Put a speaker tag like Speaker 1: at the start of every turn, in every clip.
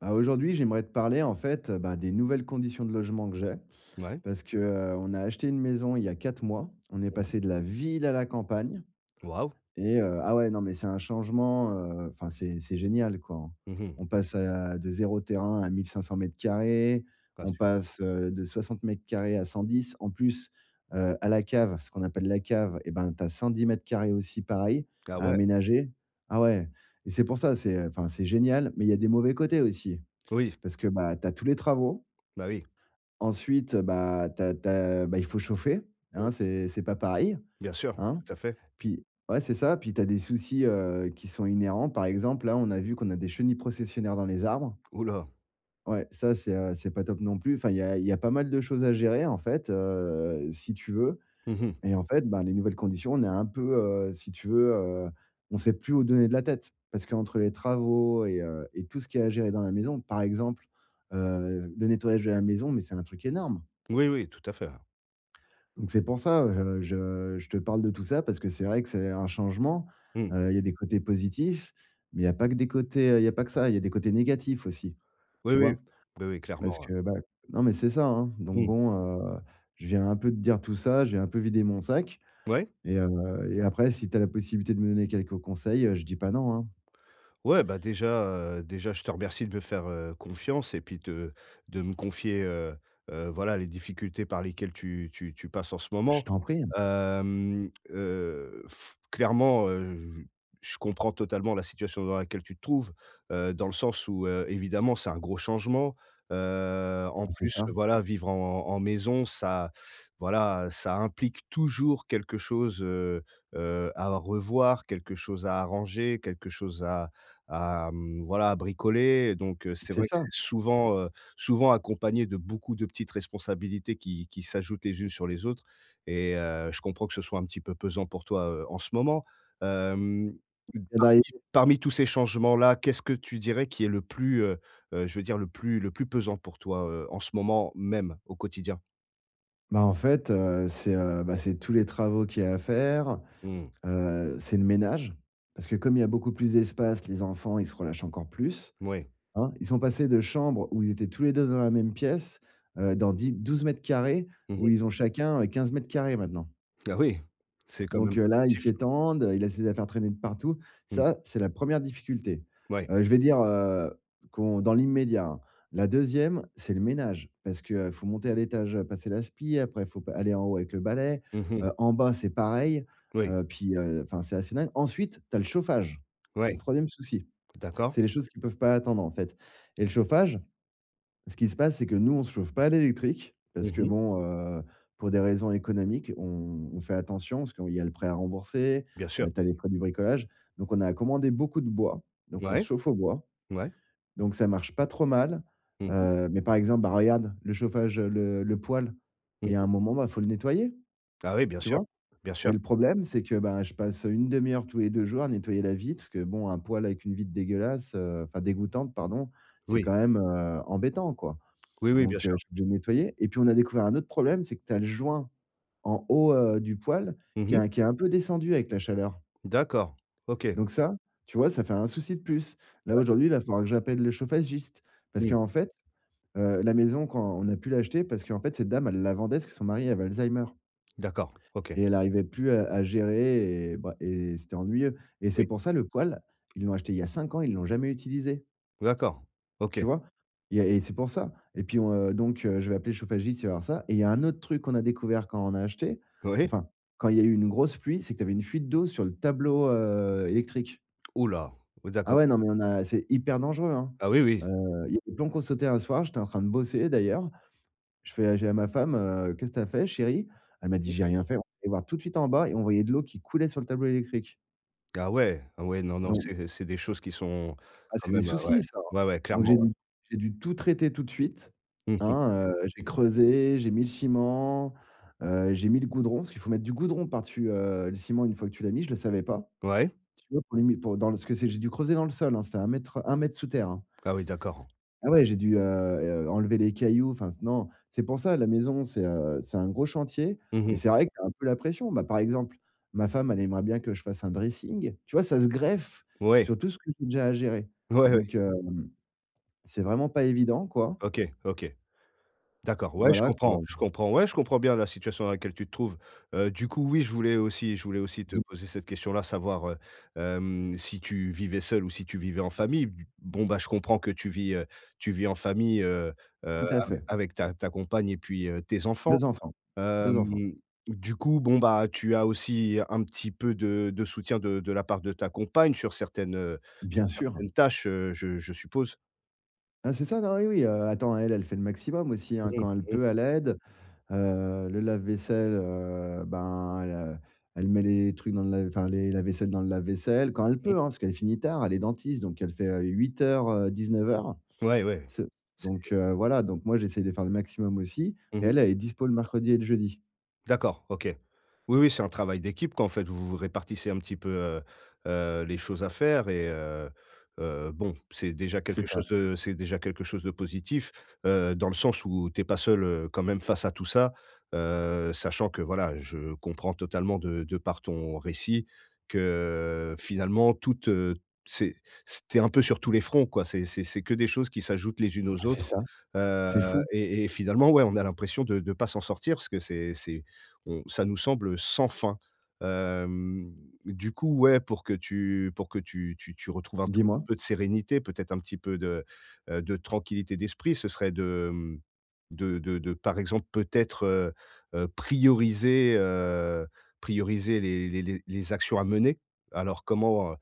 Speaker 1: Bah, aujourd'hui, j'aimerais te parler en fait, bah, des nouvelles conditions de logement que j'ai.
Speaker 2: Ouais.
Speaker 1: Parce que, on a acheté une maison il y a 4 mois. On est
Speaker 2: Mmh.
Speaker 1: passé de la ville à la campagne
Speaker 2: Waouh!
Speaker 1: et ah ouais, non, mais c'est un changement, enfin, c'est génial, quoi, hein.
Speaker 2: Mmh.
Speaker 1: On
Speaker 2: Ouais,
Speaker 1: passe
Speaker 2: j'im
Speaker 1: à de zéro terrain à 1 500 m².
Speaker 2: Ah
Speaker 1: On
Speaker 2: su
Speaker 1: passe, de 60 m² à 110. En plus, à la cave, ce qu'on appelle la cave et ben, t'as 110 m² aussi pareil,
Speaker 2: ah
Speaker 1: à
Speaker 2: ouais?
Speaker 1: aménager. Ah ouais, et c'est pour ça, c'est, enfin, c'est génial, mais il y a des mauvais côtés aussi.
Speaker 2: Oui,
Speaker 1: Parce que, bah, tu as tous les travaux.
Speaker 2: bah oui.
Speaker 1: Ensuite, bah, t'as bah, il faut chauffer,
Speaker 2: Mmh.
Speaker 1: hein, c'est pas pareil,
Speaker 2: Bien sûr,
Speaker 1: hein.
Speaker 2: tout à fait.
Speaker 1: Puis ouais, c'est ça, puis tu as des soucis, qui sont inhérents. Par exemple, là, on a vu qu'on a des chenilles processionnaires dans les arbres.
Speaker 2: Ouh là!
Speaker 1: Ouais, ça, c'est pas top non plus. Enfin, il y a pas mal de choses à gérer, en fait, si tu veux.
Speaker 2: Mmh.
Speaker 1: Et en fait, ben, les nouvelles conditions, on est un peu, si tu veux, on sait plus où donner de la tête. Parce qu'entre les travaux et tout ce qu'il y a à gérer dans la maison, par exemple, le nettoyage de la maison, mais c'est un truc énorme.
Speaker 2: Oui, oui, tout à fait.
Speaker 1: Donc c'est pour ça, je te parle de tout ça parce que c'est vrai que c'est un changement.
Speaker 2: Mmh.
Speaker 1: Il y a des côtés positifs, mais il y a pas que des côtés, il y a pas que ça, il y a des côtés négatifs aussi,
Speaker 2: Oui,
Speaker 1: tu
Speaker 2: oui.
Speaker 1: vois?
Speaker 2: Oui, oui, clairement,
Speaker 1: Parce
Speaker 2: hein.
Speaker 1: que, bah, non, mais c'est ça, hein. Donc
Speaker 2: Mmh.
Speaker 1: bon, je viens un peu de dire tout ça, j'ai un peu vidé mon sac
Speaker 2: Ouais?
Speaker 1: et après, si tu as la possibilité de me donner quelques conseils, je dis pas non, hein.
Speaker 2: Ouais, bah, déjà, déjà je te remercie de me faire, confiance et puis de me confier, voilà, les difficultés par lesquelles tu passes en ce
Speaker 1: Je
Speaker 2: moment.
Speaker 1: t'en prie, hein.
Speaker 2: Hem, f clairement, je comprends totalement la situation dans laquelle tu te trouves, dans le sens où, évidemment, c'est un gros changement. En
Speaker 1: Ah, c'est
Speaker 2: plus,
Speaker 1: ça,
Speaker 2: voilà, vivre en maison, ça, voilà, ça implique toujours quelque chose, à revoir, quelque chose à arranger, quelque chose à, voilà, à bricoler. Donc, c'est
Speaker 1: c'est
Speaker 2: vrai que
Speaker 1: ça.
Speaker 2: c'est souvent accompagné de beaucoup de petites responsabilités qui s'ajoutent les unes sur les autres et je comprends que ce soit un petit peu pesant pour toi, en ce moment. Hem,
Speaker 1: Et
Speaker 2: parmi
Speaker 1: d'arriver,
Speaker 2: parmi tous ces changements-là, qu'est-ce que tu dirais qui est le plus, je veux dire le plus pesant pour toi, en ce moment même, au quotidien?
Speaker 1: bah, en fait, c'est, bah, c'est tous les travaux qu'il y a à faire,
Speaker 2: Mmh,
Speaker 1: c'est le ménage. Parce que comme il y a beaucoup plus d'espace, les enfants, ils se relâchent encore plus,
Speaker 2: oui.
Speaker 1: hein. Ils sont passés de chambres où ils étaient tous les 2 dans la même pièce, dans 10 12 mètres carrés, où
Speaker 2: Mmh.
Speaker 1: ils ont chacun, 15 mètres carrés maintenant.
Speaker 2: Ah oui, c'est quand
Speaker 1: Donc
Speaker 2: même
Speaker 1: là, il
Speaker 2: positif.
Speaker 1: s'étendent, il a ses affaires traîner de partout.
Speaker 2: Mmh,
Speaker 1: Ça, c'est la première difficulté.
Speaker 2: ouais.
Speaker 1: Je vais dire, qu'on dans l'immédiat, hein. La deuxième, c'est le ménage parce que, faut monter à l'étage, passer l'aspi, après il faut p aller en haut avec le balai,
Speaker 2: Mmh mh.
Speaker 1: en bas, c'est pareil,
Speaker 2: Oui,
Speaker 1: puis, enfin, c'est assez dingue. Ensuite, tu as le chauffage. C'est
Speaker 2: ouais.
Speaker 1: le troisième souci.
Speaker 2: D'accord.
Speaker 1: C'est les choses qui peuvent pas attendre, en fait, et le chauffage, ce qui se passe, c'est que nous, on se chauffe pas à l'électrique parce que
Speaker 2: Mmh.
Speaker 1: bon, pour des raisons économiques, on fait attention parce qu'il y a le prêt à rembourser,
Speaker 2: Bien sûr.
Speaker 1: tu as les frais du bricolage. Donc on a commandé beaucoup de bois, donc on se
Speaker 2: Ouais.
Speaker 1: chauffe au bois,
Speaker 2: Ouais.
Speaker 1: donc ça marche pas trop mal.
Speaker 2: Mmh
Speaker 1: Mais par exemple, bah, regarde le chauffage, le poêle,
Speaker 2: mh,
Speaker 1: il y a
Speaker 2: mmh.
Speaker 1: un moment, bah, faut le nettoyer,
Speaker 2: Ah oui, bien
Speaker 1: tu
Speaker 2: sûr,
Speaker 1: vois?
Speaker 2: bien
Speaker 1: Et
Speaker 2: sûr.
Speaker 1: le problème, c'est que, bah, je passe, 1/2 heure tous les 2 jours à nettoyer la vitre parce que bon, un poêle avec une vitre dégueulasse, enfin dégoûtante, pardon, c'est
Speaker 2: Oui,
Speaker 1: quand même, embêtant, quoi.
Speaker 2: oui, oui, bien
Speaker 1: Donc,
Speaker 2: sûr.
Speaker 1: je suis obligé de nettoyer et puis on a découvert un autre problème, c'est que tu as le joint en haut, du poêle
Speaker 2: Mmh mh.
Speaker 1: qui est un peu descendu avec la chaleur.
Speaker 2: D'accord, OK.
Speaker 1: Donc ça, tu vois, ça fait un souci de plus. Là,
Speaker 2: Ouais.
Speaker 1: aujourd'hui, il va falloir que j'appelle le chauffagiste parce
Speaker 2: Mmh.
Speaker 1: qu'en fait, la maison quand on a pu l'acheter parce qu'en fait, cette dame, elle la vendait parce que son mari avait Alzheimer
Speaker 2: D'accord. OK.
Speaker 1: et elle arrivait plus à gérer et bah c'était ennuyeux et
Speaker 2: Oui.
Speaker 1: c'est pour ça le poêle, ils l'ont acheté il y a 5 ans, ils l'ont jamais utilisé.
Speaker 2: D'accord. OK.
Speaker 1: Tu vois? Il y a Et c'est pour ça et puis on, donc je vais appeler le chauffagiste, il va voir ça et il y a un autre truc qu'on a découvert quand on a acheté,
Speaker 2: Oui.
Speaker 1: enfin, quand il y a eu une grosse pluie, c'est que tu avais une fuite d'eau sur le tableau, électrique.
Speaker 2: Ouh là! Oui,
Speaker 1: Ah
Speaker 2: d'accord.
Speaker 1: ouais, non, mais on a c'est hyper dangereux, hein.
Speaker 2: Ah oui, oui.
Speaker 1: Heu, il y a des plombs qui ont sauté un soir, j'étais en train de bosser d'ailleurs, je fais j'ai à ma femme, «Qu'est-ce que t'as fait chérie?» Elle m'a dit: «J'ai rien fait». On est allé voir tout de suite en bas et on voyait de l'eau qui coulait sur le tableau électrique.
Speaker 2: Ah ouais, ah ouais, non, non,
Speaker 1: Donc,
Speaker 2: c'est des choses qui sont
Speaker 1: ah,
Speaker 2: quand
Speaker 1: c'est des
Speaker 2: même, ouais.
Speaker 1: soucis, ça, hein.
Speaker 2: Ouais, ouais,
Speaker 1: Donc
Speaker 2: clairement,
Speaker 1: j'ai dû tout traiter tout de suite,
Speaker 2: ouais. Mmh mh.
Speaker 1: hein, j'ai creusé, j'ai mis le ciment, j'ai mis le goudron, parce qu'il faut mettre du goudron par-dessus, le ciment une fois que tu l'as mis, je le savais pas.
Speaker 2: Ouais.
Speaker 1: Tu vois? Pour lui mi pour dans le ce que c'est j'ai dû creuser dans le sol, hein, c'était 1 m, 1 m sous terre, hein.
Speaker 2: Ah oui, d'accord.
Speaker 1: Ah ouais, j'ai dû, enlever les cailloux, enfin non, c'est pour ça la maison c'est un gros chantier
Speaker 2: Mmh
Speaker 1: et
Speaker 2: mh.
Speaker 1: c'est vrai que tu un peu la pression. Bah, par exemple, ma femme elle aimerait bien que je fasse un dressing, tu vois? Ça se greffe
Speaker 2: Ouais.
Speaker 1: sur tout ce que j'ai déjà à gérer.
Speaker 2: Ouais, ouais.
Speaker 1: Donc c'est vraiment pas évident, quoi.
Speaker 2: OK, OK. D'accord, ouais,
Speaker 1: Voilà, quoi.
Speaker 2: je comprends, ouais, je comprends bien la situation dans laquelle tu te trouves. Du coup, oui, je voulais aussi te
Speaker 1: Dis,
Speaker 2: poser cette question-là, savoir, si tu vivais seul ou si tu vivais en famille. B Bon, bah, je comprends que tu vis en famille,
Speaker 1: tout à fait.
Speaker 2: avec ta compagne et puis, tes enfants.
Speaker 1: 2 enfants, deux enfants.
Speaker 2: Hem, du coup, bon, bah, tu as aussi un petit peu de soutien de la part de ta compagne sur certaines, heu, sur
Speaker 1: Bien sûr.
Speaker 2: certaines tâches, je suppose?
Speaker 1: Ah, c'est ça, non, oui, oui, attends, elle fait le maximum aussi, hein.
Speaker 2: Mmh
Speaker 1: Quand elle
Speaker 2: mh.
Speaker 1: peut, elle aide. Le lave-vaisselle, ben, elle met les trucs dans le lave enfin, les la vaisselle dans le lave-vaisselle quand elle peut,
Speaker 2: Mmh.
Speaker 1: hein, parce qu'elle finit tard, elle est dentiste, donc elle fait, 8 h, 19 h.
Speaker 2: Ouais, ouais. C'est
Speaker 1: Donc voilà, donc moi, j'essaye de faire le maximum aussi et
Speaker 2: mmh.
Speaker 1: elle, elle est dispo le mercredi et le jeudi.
Speaker 2: D'accord, OK. Oui, oui, c'est un travail d'équipe qu'en fait, vous vous répartissez un petit peu, les choses à faire et bon, c'est déjà
Speaker 1: C'est
Speaker 2: quelque
Speaker 1: ça,
Speaker 2: chose
Speaker 1: bah,
Speaker 2: de c'est déjà quelque chose de positif, dans le sens où t'es pas seul, quand même face à tout ça, sachant que voilà, je comprends totalement de par ton récit que finalement toute, c'est c un peu sur tous les fronts quoi. C'est que des choses qui s'ajoutent les unes aux
Speaker 1: c'est
Speaker 2: autres,
Speaker 1: ça.
Speaker 2: heu
Speaker 1: C'est fou.
Speaker 2: et finalement, ouais, on a l'impression de pas s'en sortir parce que c'est on ça nous semble sans fin. Hem, du coup, ouais, pour que tu retrouves un tout petit
Speaker 1: Dis-moi?
Speaker 2: peu de sérénité, peut-être un petit peu de tranquillité d'esprit, ce serait de, mmh, de par exemple, peut-être, heu, prioriser, heu, prioriser les actions à mener. Alors comment,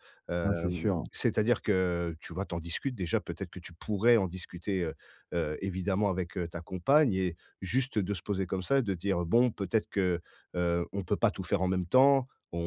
Speaker 1: Ah, c'est
Speaker 2: hem,
Speaker 1: sûr.
Speaker 2: c'est-à-dire que, tu vois, t'en discutes déjà, peut-être que tu pourrais en discuter, évidemment avec, ta compagne et juste de se poser comme ça, de dire: «Bon, peut-être que, on peut pas tout faire en même temps, on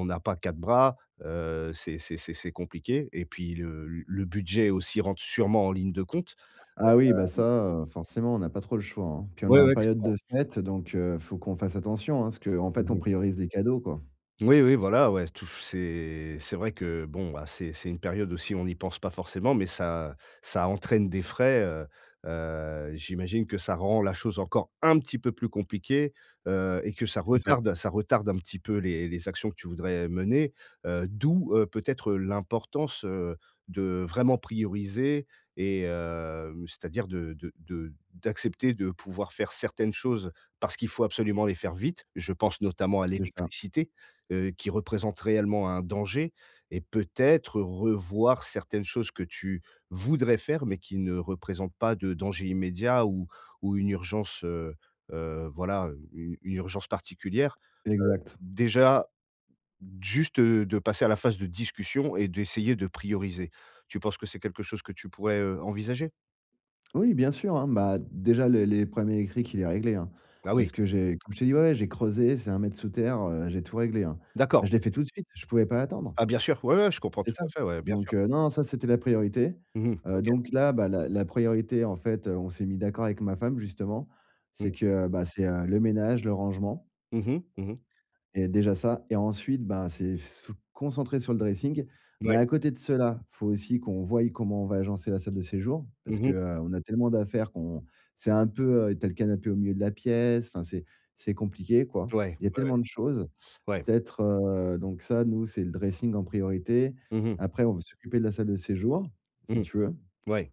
Speaker 2: on n'a pas 4 bras, c'est compliqué» et puis le budget aussi rentre sûrement en ligne de compte.
Speaker 1: Ah oui, bah ça, forcément, on n'a pas trop le choix, hein. Puis on est
Speaker 2: Ouais,
Speaker 1: en
Speaker 2: ouais,
Speaker 1: période
Speaker 2: clairement.
Speaker 1: de fête, donc faut qu'on fasse attention, hein, parce que en fait, on
Speaker 2: Mmh.
Speaker 1: priorise les cadeaux, quoi.
Speaker 2: Oui, oui, voilà, ouais, tout c'est vrai que bon, bah, c'est une période aussi, on n'y pense pas forcément, mais ça entraîne des frais, j'imagine que ça rend la chose encore un petit peu plus compliquée, et que ça
Speaker 1: C'est ça,
Speaker 2: retarde ça retarde un petit peu les actions que tu voudrais mener, d'où, peut-être, l'importance, de vraiment prioriser et c'est-à-dire de d'accepter de pouvoir faire certaines choses parce qu'il faut absolument les faire vite. Je pense notamment à
Speaker 1: c'est ça,
Speaker 2: l'électricité qui représentent réellement un danger et peut-être revoir certaines choses que tu voudrais faire, mais qui ne représentent pas de danger immédiat ou une urgence, voilà, u une urgence particulière.
Speaker 1: exact.
Speaker 2: Déjà, juste, de passer à la phase de discussion et d'essayer de prioriser. Tu penses que c'est quelque chose que tu pourrais, envisager?
Speaker 1: Oui, bien sûr, hein, bah, déjà le les problèmes électriques, il est réglé, hein,
Speaker 2: Ah oui,
Speaker 1: parce que j'ai comme je t'ai dit, ouais, ouais, j'ai creusé, c'est 1 m sous terre, j'ai tout réglé, hein. Bah,
Speaker 2: d'accord.
Speaker 1: je l'ai fait tout de suite, je pouvais pas attendre,
Speaker 2: Ah bien sûr, ouais, ouais, je comprends
Speaker 1: c'est
Speaker 2: tout
Speaker 1: ça.
Speaker 2: à fait, ouais, bien sûr.
Speaker 1: Donc non, non, ça, c'était la priorité.
Speaker 2: Mmh. OK.
Speaker 1: Donc là, bah, la priorité, en fait, on s'est mis d'accord avec ma femme, justement,
Speaker 2: Mmh.
Speaker 1: c'est que, bah, c'est, le ménage, le rangement.
Speaker 2: Mmh mh. Mmh.
Speaker 1: Et déjà ça et ensuite, ben, c'est se concentrer sur le dressing, mais
Speaker 2: Ouais.
Speaker 1: à côté de cela, faut aussi qu'on voie comment on va agencer la salle de séjour parce que,
Speaker 2: Mmh.
Speaker 1: on a tellement d'affaires qu'on c'est un peu, tu as le canapé au milieu de la pièce, enfin, c'est compliqué, quoi.
Speaker 2: Ouais.
Speaker 1: Il y a
Speaker 2: Ouais, ouais.
Speaker 1: tellement de choses.
Speaker 2: Ouais.
Speaker 1: Peut-être, donc ça, nous, c'est le dressing en priorité.
Speaker 2: Mmh.
Speaker 1: Après, on veut s'occuper de la salle de séjour, si
Speaker 2: Mmh.
Speaker 1: tu veux.
Speaker 2: Ouais.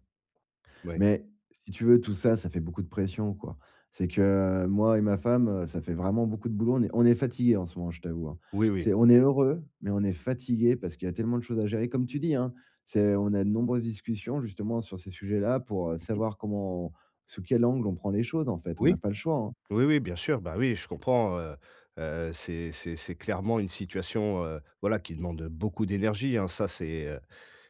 Speaker 2: Ouais.
Speaker 1: Mais si tu veux, tout ça, ça fait beaucoup de pression, quoi. C'est que moi et ma femme, ça fait vraiment beaucoup de boulot. On est fatigués en ce moment, je t'avoue, hein.
Speaker 2: Oui, oui.
Speaker 1: C'est on est heureux, mais on est fatigués parce qu'il y a tellement de choses à gérer. Comme tu dis, hein, c'est on a de nombreuses discussions justement sur ces sujets-là pour,
Speaker 2: Mmh.
Speaker 1: savoir comment sous quel angle on prend les choses, en fait. On
Speaker 2: Oui,
Speaker 1: n'a pas le choix, hein.
Speaker 2: oui, oui, bien sûr, bah, oui, je comprends, c'est clairement une situation, voilà, qui demande beaucoup d'énergie, hein. Ça, c'est, heu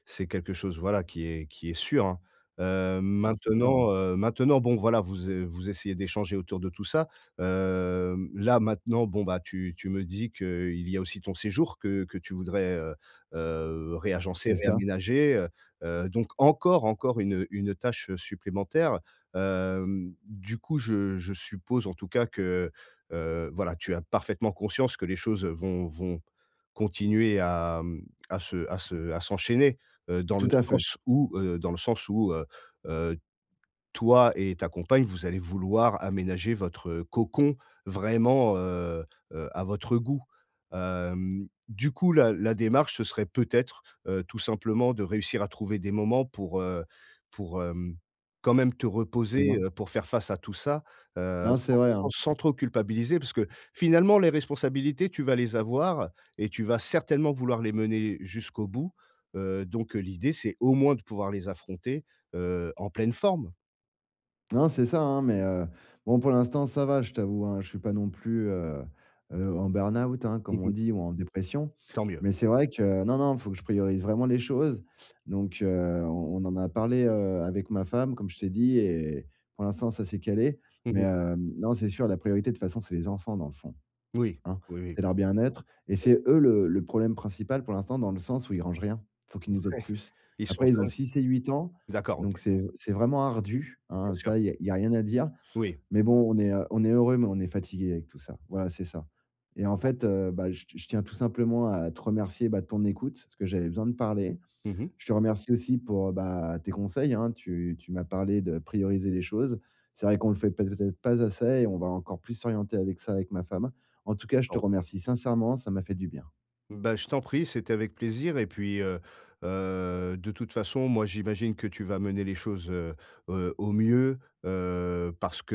Speaker 2: c'est quelque chose, voilà, qui est sûr, hein.
Speaker 1: Ah, c'est ça, hein.
Speaker 2: Maintenant, bon, voilà, vous essayez d'échanger autour de tout ça. Là, maintenant, bon, bah, tu me dis que il y a aussi ton séjour que tu voudrais, réagencer,
Speaker 1: C'est ça.
Speaker 2: réaménager, donc encore une tâche, supplémentaire. Du coup, je suppose, en tout cas, que, voilà, tu as parfaitement conscience que les choses, vont continuer à, mmh, à se à se à s'enchaîner dans le
Speaker 1: Tout à fait.
Speaker 2: sens où, dans le sens où, heu, toi et ta compagne, vous allez vouloir aménager votre, cocon vraiment, à votre goût. Du coup, la démarche, ce serait peut-être, tout simplement de réussir à trouver des moments pour quand même te reposer,
Speaker 1: Dis-moi.
Speaker 2: pour faire face à tout ça,
Speaker 1: Non, c'est
Speaker 2: sans
Speaker 1: vrai,
Speaker 2: sans
Speaker 1: hein.
Speaker 2: sans trop culpabiliser parce que finalement les responsabilités, tu vas les avoir et tu vas certainement vouloir les mener jusqu'au bout, donc l'idée, c'est au moins de pouvoir les affronter, en pleine forme.
Speaker 1: Non, c'est ça, hein, mais bon, pour l'instant, ça va, je t'avoue, hein. Je suis pas non plus, en burn-out, hein,
Speaker 2: Mmh
Speaker 1: comme on
Speaker 2: mh.
Speaker 1: dit ou en dépression.
Speaker 2: Tant mieux.
Speaker 1: Mais c'est vrai que non, non, il faut que je priorise vraiment les choses. Donc on en a parlé, avec ma femme, comme je t'ai dit et pour l'instant, ça s'est calé.
Speaker 2: Mmh
Speaker 1: Mais
Speaker 2: mh.
Speaker 1: non, c'est sûr, la priorité, de toute façon, c'est les enfants, dans le fond.
Speaker 2: Oui,
Speaker 1: Hein,
Speaker 2: oui, oui,
Speaker 1: c'est leur bien-être et
Speaker 2: oui.
Speaker 1: c'est eux le problème principal pour l'instant dans le sens où ils rangent rien. Faut qu'ils nous aident plus.
Speaker 2: Ils sont
Speaker 1: Après ils ont
Speaker 2: jeunes?
Speaker 1: 6 et 8 ans,
Speaker 2: D'accord, OK,
Speaker 1: donc c'est vraiment ardu,
Speaker 2: bien
Speaker 1: hein,
Speaker 2: sûr.
Speaker 1: ça il y a y a rien à dire.
Speaker 2: Oui.
Speaker 1: Mais bon on est heureux, mais on est fatigué avec tout ça. Voilà, c'est ça. Et en fait, bah, je tiens tout simplement à te remercier, bah, de ton écoute, parce que j'avais besoin de parler.
Speaker 2: Mmh mh.
Speaker 1: Je te remercie aussi pour, bah, tes conseils, hein. Tu m'as parlé de prioriser les choses. C'est vrai qu'on le fait peut-être pas assez et on va encore plus s'orienter avec ça avec ma femme. En tout cas, je te
Speaker 2: Bon.
Speaker 1: remercie sincèrement, ça m'a fait du bien.
Speaker 2: Bah, je t'en prie, c'était avec plaisir et puis, de toute façon, moi, j'imagine que tu vas mener les choses, au mieux, parce que,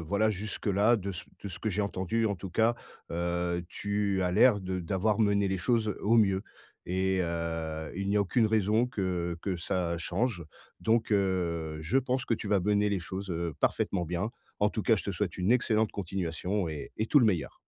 Speaker 2: voilà, jusque-là, de ce que j'ai entendu, en tout cas, tu as l'air de d'avoir mené les choses au mieux et il n'y a aucune raison que ça change donc je pense que tu vas mener les choses, parfaitement bien. En tout cas, je te souhaite une excellente continuation et tout le meilleur.